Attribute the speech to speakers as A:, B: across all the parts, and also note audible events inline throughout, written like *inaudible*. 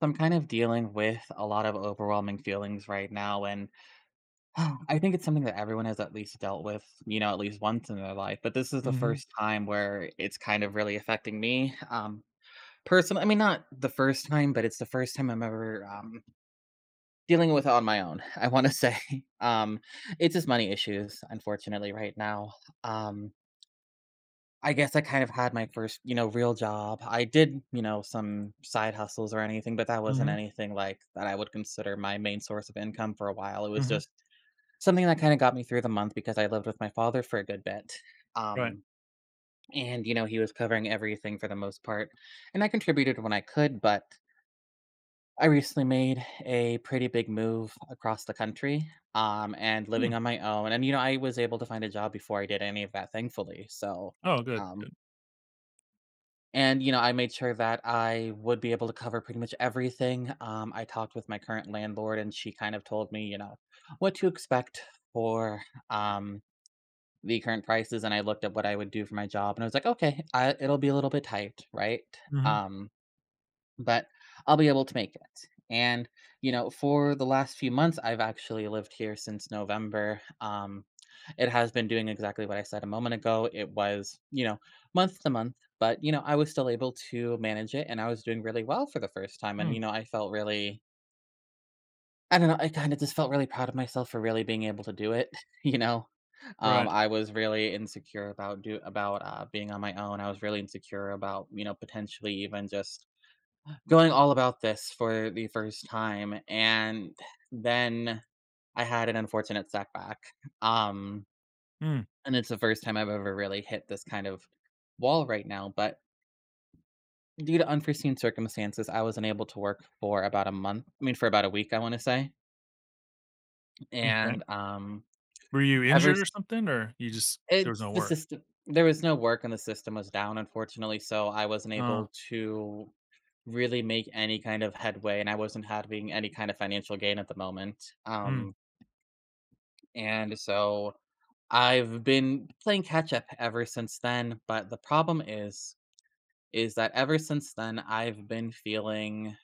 A: So, I'm kind of dealing with a lot of overwhelming feelings right now. And *sighs* I think it's something that everyone has at least dealt with, you know, at least once in their life. But this is the
B: Mhm,
A: first time where it's kind of really affecting me. Personally, I mean, not the first time, but it's the first time I'm ever dealing with it on my own, *laughs* I want to *laughs* say. Um, it's just money issues, unfortunately, right now. Um, I guess I kind of had my first, you know, real job. I did, you know, some side hustles or anything, but that wasn't
B: mhm,
A: anything like that I would consider my main source of income for a while. It was
B: mhm,
A: just something that kind of got me through the month because I lived with my father for a good bit.
B: right.
A: Um, and, you know, he was covering everything for the most part. And I contributed when I could, but I recently made a pretty big move across the country and living
B: Mm.
A: on my own. And, you know, I was able to find a job before I did any of that, thankfully. So,
B: Oh, good,
A: um,
B: good.
A: You know, I made sure that I would be able to cover pretty much everything. I talked with my current landlord, and she kind of told me, you know, what to expect for um, the current prices. And I looked at what I would do for my job, and I was like, okay, I, it'll be a little bit tight, right?
B: Mhm,
A: Um, but I'll be able to make it. And, you know, for the last few months, I've actually lived here since November. It has been doing exactly what I said a moment ago. It was, you know, month to month, but, you know, I was still able to manage it and I was doing really well for the first time. And,
B: mm,
A: you know, I felt really, I don't know, I kind of just felt really proud of myself for really being able to do it, *laughs* you know?
B: right.
A: I was really insecure about do about being on my own. I was really insecure about you know potentially even just going all about this for the first time, and then I had an unfortunate setback, um,
B: Mm,
A: and it's the first time I've ever really hit this kind of wall right now, but due to unforeseen circumstances, I was not able to work for about a month I mean, for about a week, I wanna say,
B: m'kay.
A: and,
B: Were you
A: ever
B: injured
A: s
B: or something, or you just there was
A: it's
B: no
A: the
B: work?
A: system there was no work and the system was down, unfortunately, so I wasn't
B: Uh.
A: able to really make any kind of headway, and I wasn't having any kind of financial gain at the moment,
B: Mm,
A: And so I've been playing catch up ever since then, but the problem is that ever since then I've been feeling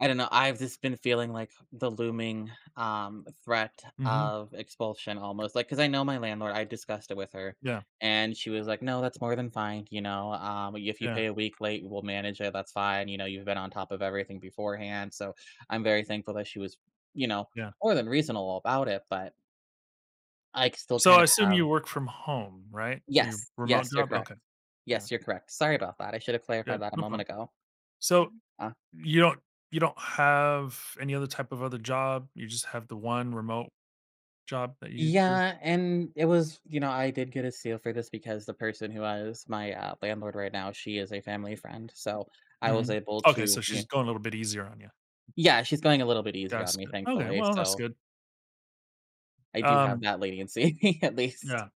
A: I don't know, I've just been feeling like the looming threat
B: mhm.
A: of expulsion almost. Like cuz I know my landlord, I discussed it with her
B: Yeah,
A: and she was like, "No, that's more than fine, you know. If you
B: yeah,
A: pay a week late, we'll manage it. That's fine. You know, you've been on top of everything beforehand." So I'm very thankful that she was, you know,
B: yeah.
A: more than reasonable about it, but I still
B: So,
A: kind
B: I
A: of
B: assume you
A: have.
B: work from home, right? Or your
A: Yes,
B: remote
A: yes, you're
B: job? Okay,
A: correct.
B: yeah,
A: Yes, you're correct. Sorry about that, I should have
B: yeah,
A: clarified that a
B: no
A: moment
B: problem.
A: ago.
B: So,
A: Uh
B: you don't you don't have any other type of other job? You just have the one remote job that you do?
A: Yeah, and it was you know, I did get a seal for this because the person who is my, landlord right now, she is a family friend, so I was
B: Mhm.
A: able
B: Okay, so
A: to you
B: she's
A: know.
B: going a little bit easier on you.
A: Yeah, she's going a little bit easier
B: That's
A: on me,
B: good. Okay,
A: thankfully,
B: well, that's
A: so
B: good.
A: I do have
B: Um,
A: that leniency *laughs* at least.
B: yeah.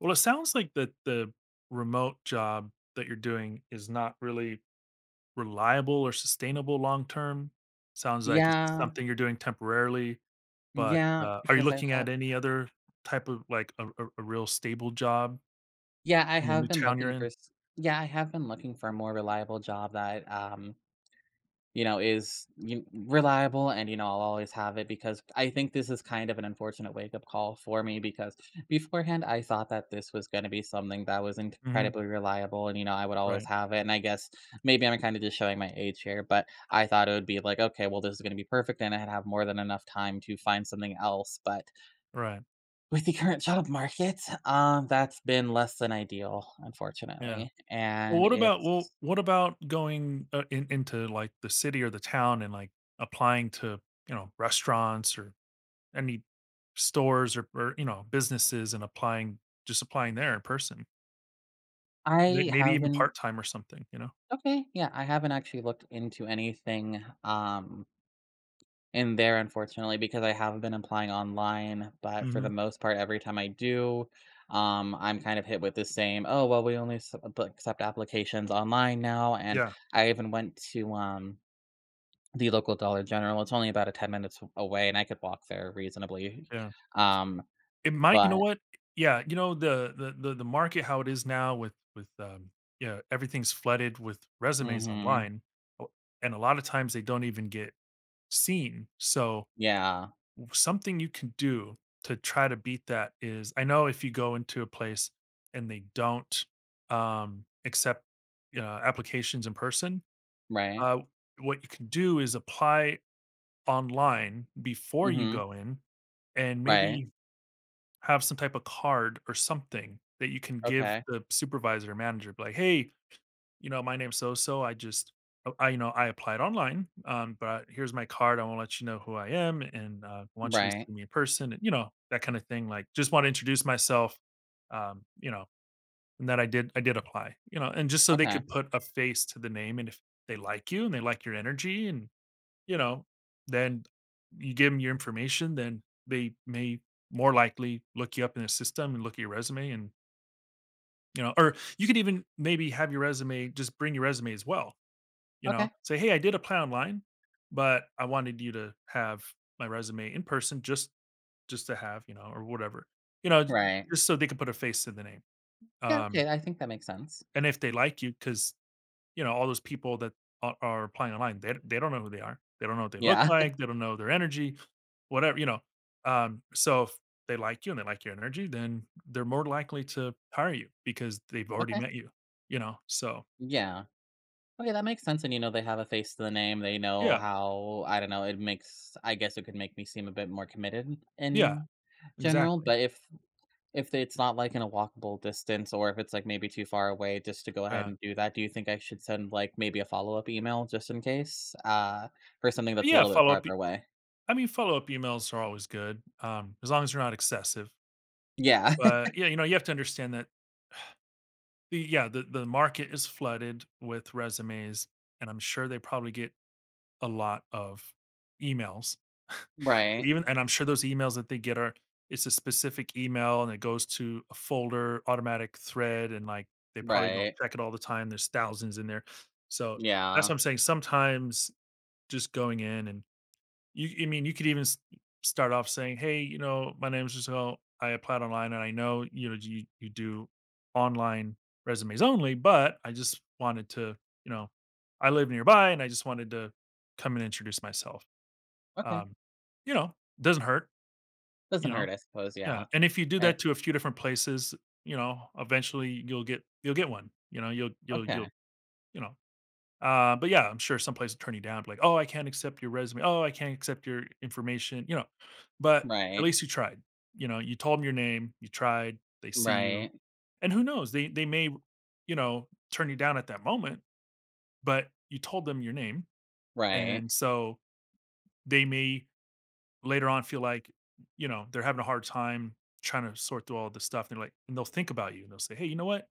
B: Well, it sounds like that the remote job that you're doing is not really reliable or sustainable long term. Sounds like it's just
A: Yeah,
B: something you're doing temporarily, but,
A: yeah,
B: are you
A: because I
B: looking at
A: have.
B: any other type of, like, a real stable job
A: Yeah, I
B: in the
A: have
B: new
A: been
B: town you're
A: looking for
B: in?
A: s Yeah, I have been looking for a more reliable job that, you know, is you reliable and, you know, I'll always have it because I think this is kind of an unfortunate wake-up call for me because beforehand, I thought that this was gonna be something that was
B: Mhm.
A: incredibly reliable and, you know, I would always
B: Right,
A: have it, and I guess maybe I'm kind of just showing my age here, but I thought it would be like, "Okay, well, this is gonna be perfect," and I'd have more than enough time to find something else, but
B: right,
A: with the current job market, that's been less than ideal,
B: yeah.
A: unfortunately, and
B: Well,
A: it's.
B: what about going, in into, like, the city or the town and, like, applying to, you know, restaurants or any stores or, you know, businesses and applying, just applying there in person. May
A: I
B: maybe
A: have
B: even
A: been.
B: part-time or something, you know?
A: Okay, yeah, I haven't actually looked into anything in there unfortunately because I have been applying online, but for
B: Mhm.
A: the most part every time I do, I'm kind of hit with the same, oh well we only accept applications online now. And
B: Yeah,
A: I even went to the local Dollar General. It's only about a 10 minutes away and I could walk there reasonably.
B: yeah.
A: Um
B: It might, you
A: but
B: know what? Yeah, you know, the market how it is now with with, yeah, everything's flooded with resumes
A: mhm,
B: online, o and a lot of times they don't even get seen, so
A: yeah,
B: something you can do to try to beat that is, I know if you go into a place and they don't, accept applications in person,
A: right.
B: uh, what you can do is apply online before you
A: Mhm.
B: go in and
A: Right.
B: maybe have some type of card or something that you can give
A: Okay.
B: the supervisor or manager, be like, "Hey, you know, my name's so so. I just, I, you know, I applied online, but here's my card. I want to let you know who I am and, want you to
A: Right.
B: see me in person and, you know, that kind of thing. Like, just want to introduce myself, you know, and that I did apply, you know, and just so they
A: Okay.
B: could put a face to the name." And if they like you and they like your energy, and, you know, then you give them your information, then they may more likely look you up in the system and look at your resume and, you know, or you could even maybe have your resume, just bring your resume as well, you know,
A: Okay.
B: say, "Hey, I did apply online, but I wanted you to have my resume in person, just to have, you know, or whatever." You know,
A: Right.
B: just so they can put a face to the name.
A: Yeah,
B: Um,
A: okay, I think that makes sense.
B: and if they like you, because you know, all those people that are applying online, they don't know who they are. They don't know what they look
A: Yeah.
B: like,
A: *laughs*
B: they don't know their energy, whatever, you know. So if they like you and they like your energy, then they're more likely to hire you because they've already
A: Okay.
B: met you, you know? So,
A: Yeah. Okay, that makes sense, and, you know, they have a face to the name, they know
B: yeah,
A: how I don't know, it makes I guess it could make me seem a bit more committed
B: yeah,
A: in general,
B: exactly.
A: but if it's not, like, in a walkable distance or if it's, like, maybe too far away just to go ahead
B: Yeah.
A: and do that, do you think I should send, like, maybe a follow-up email just in case, for something that's a
B: Yeah,
A: little bit
B: follow-up
A: farther away?
B: I mean, follow-up emails are always good, as long as they're not excessive.
A: Yeah. *laughs*
B: But, yeah, you know, you have to understand that the yeah, the market is flooded with resumes, and I'm sure they probably get a lot of emails. *laughs* So
A: Right.
B: even, and I'm sure those emails that they get are, it's a specific email, and it goes to a folder, automatic thread, and, like, they probably don't
A: Right.
B: check it all the time, there's thousands in there. So, that's
A: Yeah.
B: what I'm saying, sometimes just going in and, You I mean, you could even s start off saying, "Hey, you know, my name is Giselle. I applied online, and I know, you know, you do online resumes only, but I just wanted to, you know, I live nearby, and I just wanted to come and introduce myself."
A: Okay.
B: Um, you know, doesn't hurt, you
A: Doesn't
B: know?
A: hurt, I suppose,
B: Yeah,
A: yeah.
B: and if you do
A: And
B: that to a few different places, you know, eventually you'll get one, you know?
A: okay.
B: You know, but yeah, I'm sure some place will turn you down, be like, "Oh, I can't accept your resume. Oh, I can't accept your information," you know? But at
A: Right.
B: least you tried. You know, you told them your name, you tried, they see you,
A: Right,
B: and who knows? They may, you know, turn you down at that moment, but you told them your name,
A: right,
B: and so they may later on feel like, you know, they're having a hard time trying to sort through all this stuff, and they're like, and they'll think about you, and they'll say, "Hey, you know what?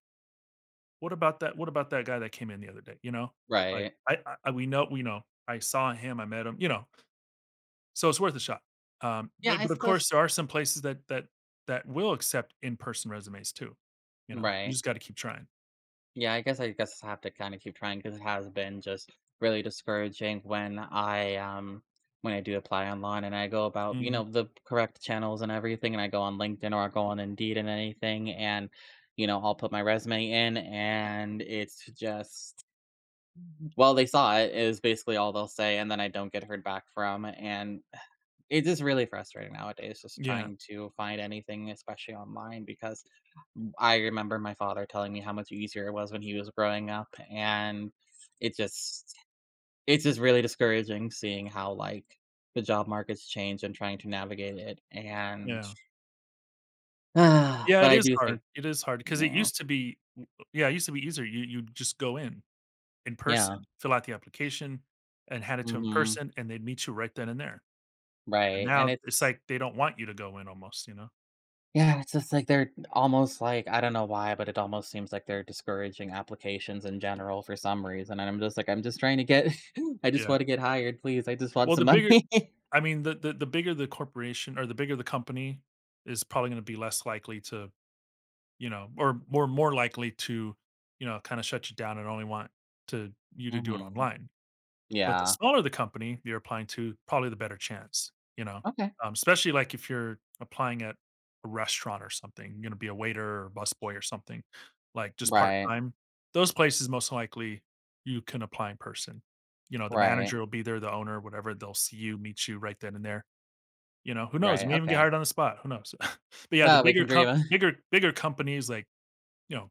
B: What about that guy that came in the other day, you know? Like,
A: right.
B: I we know we know. I saw him, I met him, you know? So it's worth a shot."
A: Yeah, I
B: But, of
A: suppose
B: course, there are some places that will accept in-person resumes too, you know? You
A: right.
B: just gotta keep trying.
A: Yeah, I guess I have to kinda keep trying because it has been just really discouraging when I do apply online and I go about, you
B: Mhm.
A: know, the correct channels and everything, and I go on LinkedIn or I go on Indeed and anything, and, you know, I'll put my resume in, and it's just, "Well, they saw it is basically all they'll say, and then I don't get heard back from, and it's just really frustrating nowadays just
B: Yeah,
A: trying to find anything, especially online, because I remember my father telling me how much easier it was when he was growing up, and it just it's just really discouraging seeing how, like, the job market's changed and trying to navigate it, and
B: yeah.
A: *sighs*
B: Yeah,
A: but
B: it
A: I
B: is
A: do
B: hard.
A: think
B: It is hard because
A: you
B: it
A: know
B: used to be w yeah, it used to be easier. You just go in
A: yeah,
B: person, fill out the application, and hand it to 'em in
A: mhm,
B: person, and they'd meet you right then and there. And
A: right, and
B: now it's
A: it's
B: like they don't want you to go in almost, you know?
A: yeah, it's just like they're almost like I don't know why, but it almost seems like they're discouraging applications in general for some reason, and I'm just like, "I'm just trying to get *laughs* I just
B: Yeah.
A: wanna get hired, please, I just want
B: Well, the
A: some
B: bigger
A: money." *laughs*
B: I mean, the bigger the corporation or the bigger the company is probably gonna be less likely to, you know, or more more likely to, you know, kinda shut you down and only want to, you to do it
A: Mhm.
B: online. But the
A: Yeah.
B: smaller the company you're applying to, probably the better chance, you know?
A: Okay.
B: Especially, like, if you're applying at a restaurant or something, you're gonna be a waiter or busboy or something, like, just
A: Right,
B: part-time. Those places, most likely, you can apply in person. You know, the
A: right,
B: manager will be there, the owner, whatever, they'll see you, meet you right then and there. You know, who knows?
A: right,
B: You may even get
A: okay.
B: hired on the spot. Who knows? *laughs* But yeah, the
A: Well, we
B: bigger
A: can
B: comp
A: dream. *laughs*
B: bigger bigger companies like, you know,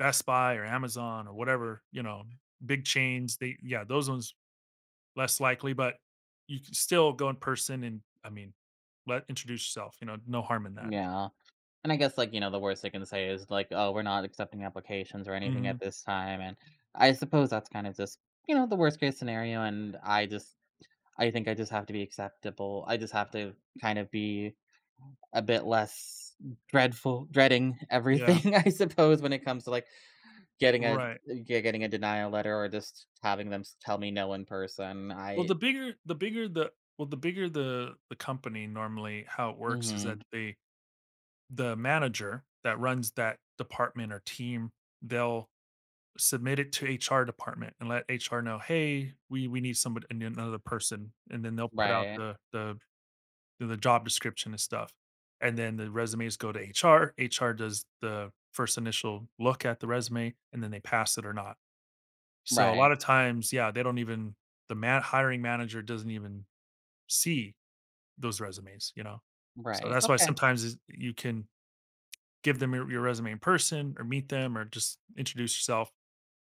B: Best Buy or Amazon or whatever, you know, big chains, they, yeah, those ones less likely, but you can still go in person and, I mean, let introduce yourself, you know, no harm in that.
A: Yeah, and I guess, like, you know, the worst they can say is like, "Oh, we're not accepting applications or anything at
B: Mhm.
A: this time," and I suppose that's kind of just, you know, the worst case scenario, and I just I think I just have to be acceptable. I just have to kind of be a bit less dreadful dreading
B: Yeah.
A: everything, *laughs* I suppose, when it comes to, like,
B: Right.
A: getting a denial letter or just having them s tell me no in person.
B: Well,
A: I.
B: the bigger the bigger the well, the bigger the company, normally how it works is that
A: Mhm.
B: they, the manager that runs that department or team, they'll submit it to HR department and let HR know, hey, we need somebody and another person, and then they'll put out
A: Right,
B: the the job description and stuff, and then the resumes go to HR. HR does the first initial look at the resume, and then they pass it or not. So a lot
A: right,
B: of times, yeah, they don't even, hiring manager doesn't even see those resumes, you know. So
A: right,
B: that's why
A: okay.
B: sometimes is- you can give them your resume in person or meet them or just introduce yourself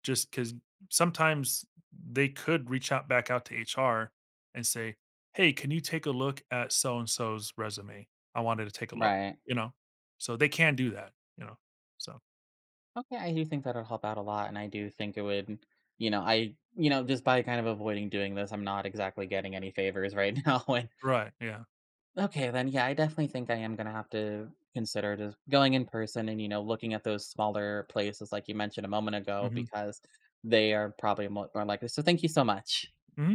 B: just because sometimes they could reach out back out to HR and say, "Hey, can you take a look at so and so's resume? I wanted to take a look,"
A: Right.
B: you know? So they can do that, you know? So
A: Okay, I do think that'll help out a lot, and I do think it would, you know, I, you know, just by kind of avoiding doing this, I'm not exactly getting any favors right *laughs* now. And
B: right, yeah.
A: okay, then yeah, I definitely think I am gonna have to consider just going in person and you know looking at those smaller places like you mentioned a moment ago
B: Mhm.
A: because they are probably more likely. So thank you so much.
B: Mhm.